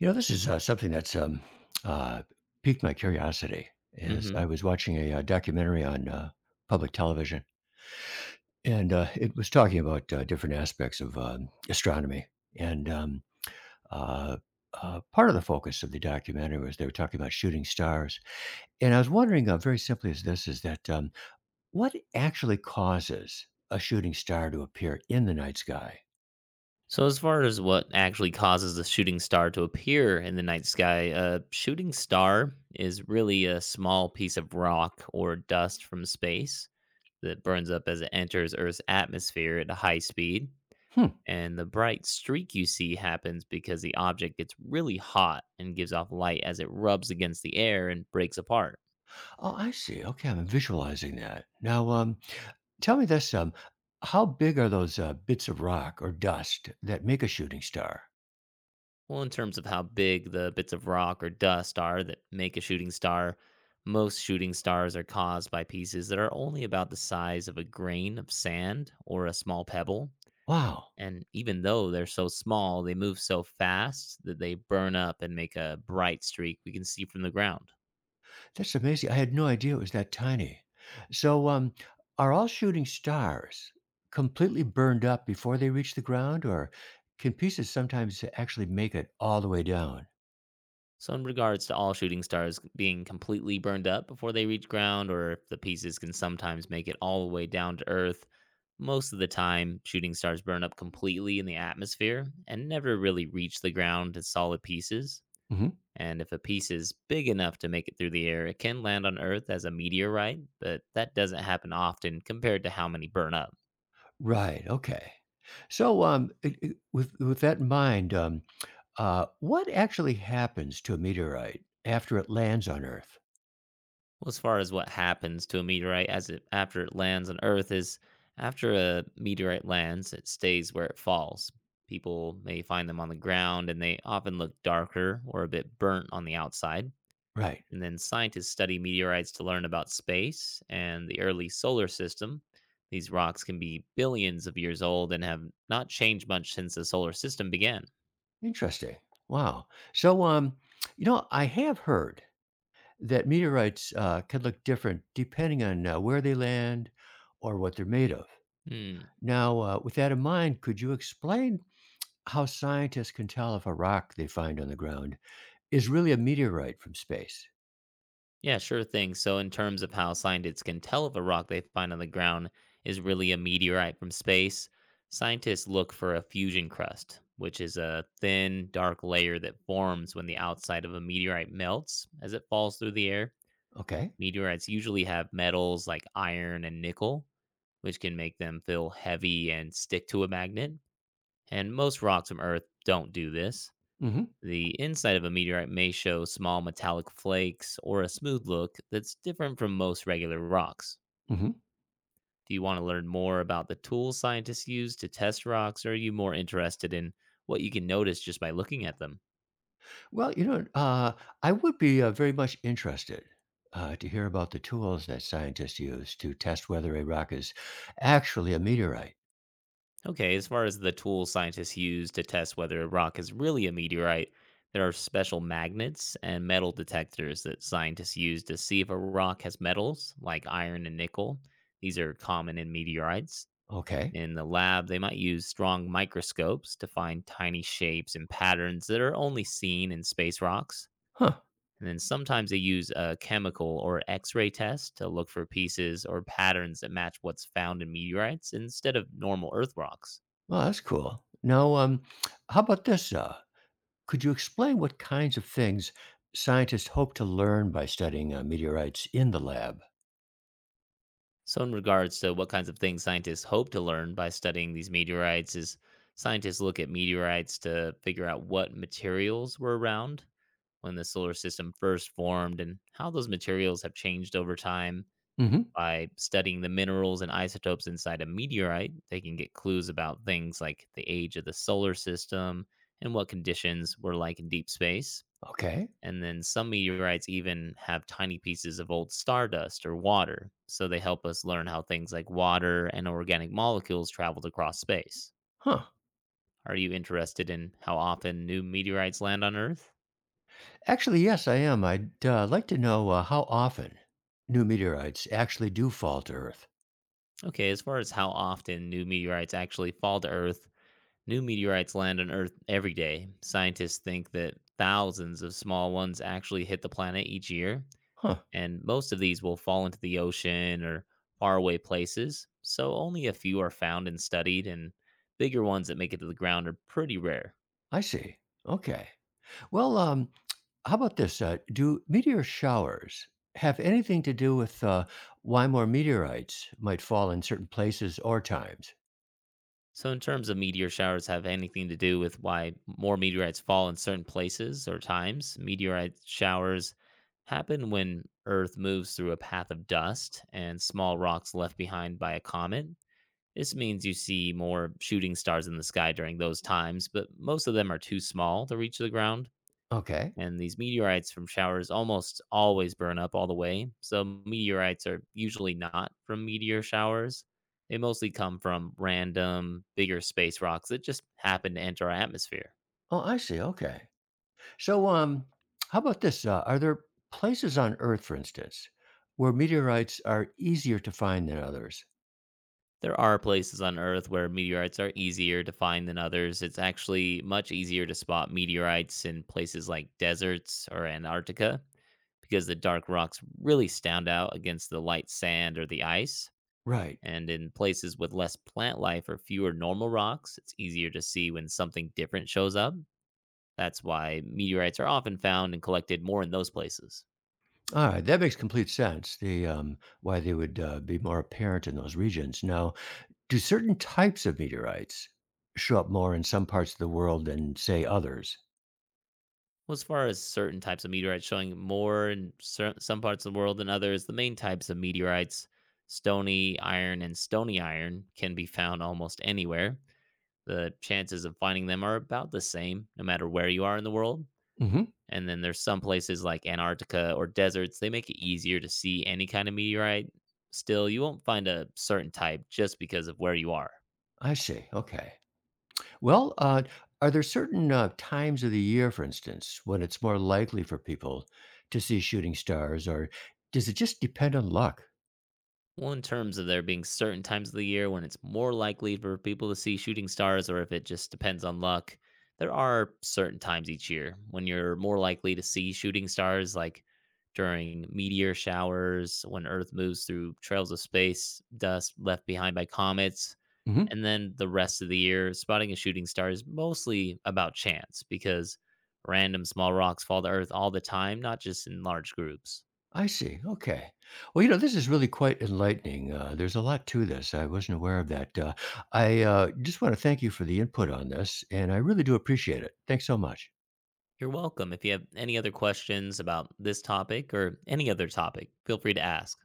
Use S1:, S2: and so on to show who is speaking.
S1: You know, this is something that's uh, piqued my curiosity as
S2: Hmm.
S1: I was watching a documentary on public television, and it was talking about different aspects of astronomy. And uh, part of the focus of the documentary was they were talking about shooting stars. And I was wondering, very simply, as this is that what actually causes a shooting star to appear in the night sky?
S2: So, as far as what actually causes a shooting star to appear in the night sky, a shooting star is really a small piece of rock or dust from space that burns up as it enters Earth's atmosphere at a high speed.
S1: Hmm.
S2: And the bright streak you see happens because the object gets really hot and gives off light as it rubs against the air and breaks apart.
S1: Oh, I see. Okay, I'm visualizing that. Now, tell me this: how big are those bits of rock or dust that make a shooting star?
S2: Well, in terms of how big the bits of rock or dust are that make a shooting star, most shooting stars are caused by pieces that are only about the size of a grain of sand or a small pebble.
S1: Wow,
S2: And even though they're so small, they move so fast that they burn up and make a bright streak we can see from the ground.
S1: that's amazing. I had no idea it was that tiny. So, are all shooting stars completely burned up before they reach the ground, or can pieces sometimes actually make it all the way down?
S2: So, in regards to all shooting stars being completely burned up before they reach ground, or if the pieces can sometimes make it all the way down to Earth, most of the time, shooting stars burn up completely in the atmosphere and never really reach the ground as solid pieces.
S1: Hmm.
S2: And if a piece is big enough to make it through the air, it can land on Earth as a meteorite, but that doesn't happen often compared to how many burn up.
S1: Right. Okay. So, with that in mind, what actually happens to a meteorite after it lands on Earth?
S2: Well, as far as what happens to a meteorite as it after it lands on Earth is, after a meteorite lands, it stays where it falls. People may find them on the ground, and they often look darker or a bit burnt on the outside.
S1: Right.
S2: And then scientists study meteorites to learn about space and the early solar system. These rocks can be billions of years old and have not changed much since the solar system began.
S1: Interesting. Wow. So, you know, I have heard that meteorites can look different depending on where they land or what they're made of.
S2: Hmm.
S1: Now, with that in mind, could you explain how scientists can tell if a rock they find on the ground is really a meteorite from space?
S2: Yeah, sure thing. So, in terms of how scientists can tell if a rock they find on the ground is really a meteorite from space, scientists look for a fusion crust, which is a thin, dark layer that forms when the outside of a meteorite melts as it falls through the air.
S1: Okay.
S2: Meteorites usually have metals like iron and nickel, which can make them feel heavy and stick to a magnet. And most rocks from Earth don't do this.
S1: Mm-hmm.
S2: The inside of a meteorite may show small metallic flakes or a smooth look that's different from most regular rocks.
S1: Mm-hmm.
S2: Do you want to learn more about the tools scientists use to test rocks, or are you more interested in what you can notice just by looking at them?
S1: Well, I would be very much interested to hear about the tools that scientists use to test whether a rock is actually a meteorite.
S2: Okay, as far as the tools scientists use to test whether a rock is really a meteorite, there are special magnets and metal detectors that scientists use to see if a rock has metals like iron and nickel. These are common in meteorites.
S1: Okay.
S2: In the lab, they might use strong microscopes to find tiny shapes and patterns that are only seen in space rocks.
S1: Huh.
S2: And then sometimes they use a chemical or X ray test to look for pieces or patterns that match what's found in meteorites instead of normal Earth rocks.
S1: Well, that's cool. Now, how about this? Could you explain what kinds of things scientists hope to learn by studying meteorites in the lab?
S2: So, in regards to what kinds of things scientists hope to learn by studying these meteorites, is, scientists look at meteorites to figure out what materials were around when the solar system first formed and how those materials have changed over time.
S1: Hmm.
S2: By studying the minerals and isotopes inside a meteorite, they can get clues about things like the age of the solar system and what conditions were like in deep space.
S1: Okay.
S2: And then some meteorites even have tiny pieces of old stardust or water, so they help us learn how things like water and organic molecules traveled across space.
S1: Huh.
S2: Are you interested in how often new meteorites land on Earth?
S1: Actually, yes, I am. I'd like to know how often new meteorites actually do fall to Earth.
S2: Okay, as far as how often new meteorites actually fall to Earth, new meteorites land on Earth every day. Scientists think that thousands of small ones actually hit the planet each year,
S1: Huh.
S2: and most of these will fall into the ocean or faraway places. So only a few are found and studied, and bigger ones that make it to the ground are pretty rare.
S1: I see. Okay. Well, how about this? Do meteor showers have anything to do with why more meteorites might fall in certain places or times?
S2: So, in terms of meteor showers, have anything to do with why more meteorites fall in certain places or times? Meteorite showers happen when Earth moves through a path of dust and small rocks left behind by a comet. This means you see more shooting stars in the sky during those times, but most of them are too small to reach the ground.
S1: Okay.
S2: And these meteorites from showers almost always burn up all the way. So, meteorites are usually not from meteor showers. They mostly come from random, bigger space rocks that just happen to enter our atmosphere.
S1: Oh, I see. Okay. So, how about this? Are there places on Earth, for instance, where meteorites are easier to find than others?
S2: There are places on Earth where meteorites are easier to find than others. It's actually much easier to spot meteorites in places like deserts or Antarctica because the dark rocks really stand out against the light sand or the ice.
S1: Right.
S2: And in places with less plant life or fewer normal rocks, it's easier to see when something different shows up. That's why meteorites are often found and collected more in those places.
S1: All right. That makes complete sense. The Why they would be more apparent in those regions. Now, do certain types of meteorites show up more in some parts of the world than, say, others?
S2: Well, as far as certain types of meteorites showing more in some parts of the world than others, the main types of meteorites, stony iron and stony iron, can be found almost anywhere. The chances of finding them are about the same, no matter where you are in the world.
S1: Hmm.
S2: And then there's some places like Antarctica or deserts, they make it easier to see any kind of meteorite. Still, you won't find a certain type just because of where you are.
S1: I see. Okay. Well, are there certain times of the year, for instance, when it's more likely for people to see shooting stars, or does it just depend on luck?
S2: Well, in terms of there being certain times of the year when it's more likely for people to see shooting stars or if it just depends on luck, there are certain times each year when you're more likely to see shooting stars, like during meteor showers, when Earth moves through trails of space, dust left behind by comets.
S1: Hmm.
S2: And then the rest of the year, spotting a shooting star is mostly about chance because random small rocks fall to Earth all the time, not just in large groups.
S1: I see. Okay. Well, you know, this is really quite enlightening. There's a lot to this. I wasn't aware of that. I just want to thank you for the input on this, and I really do appreciate it. Thanks so much.
S2: You're welcome. If you have any other questions about this topic or any other topic, feel free to ask.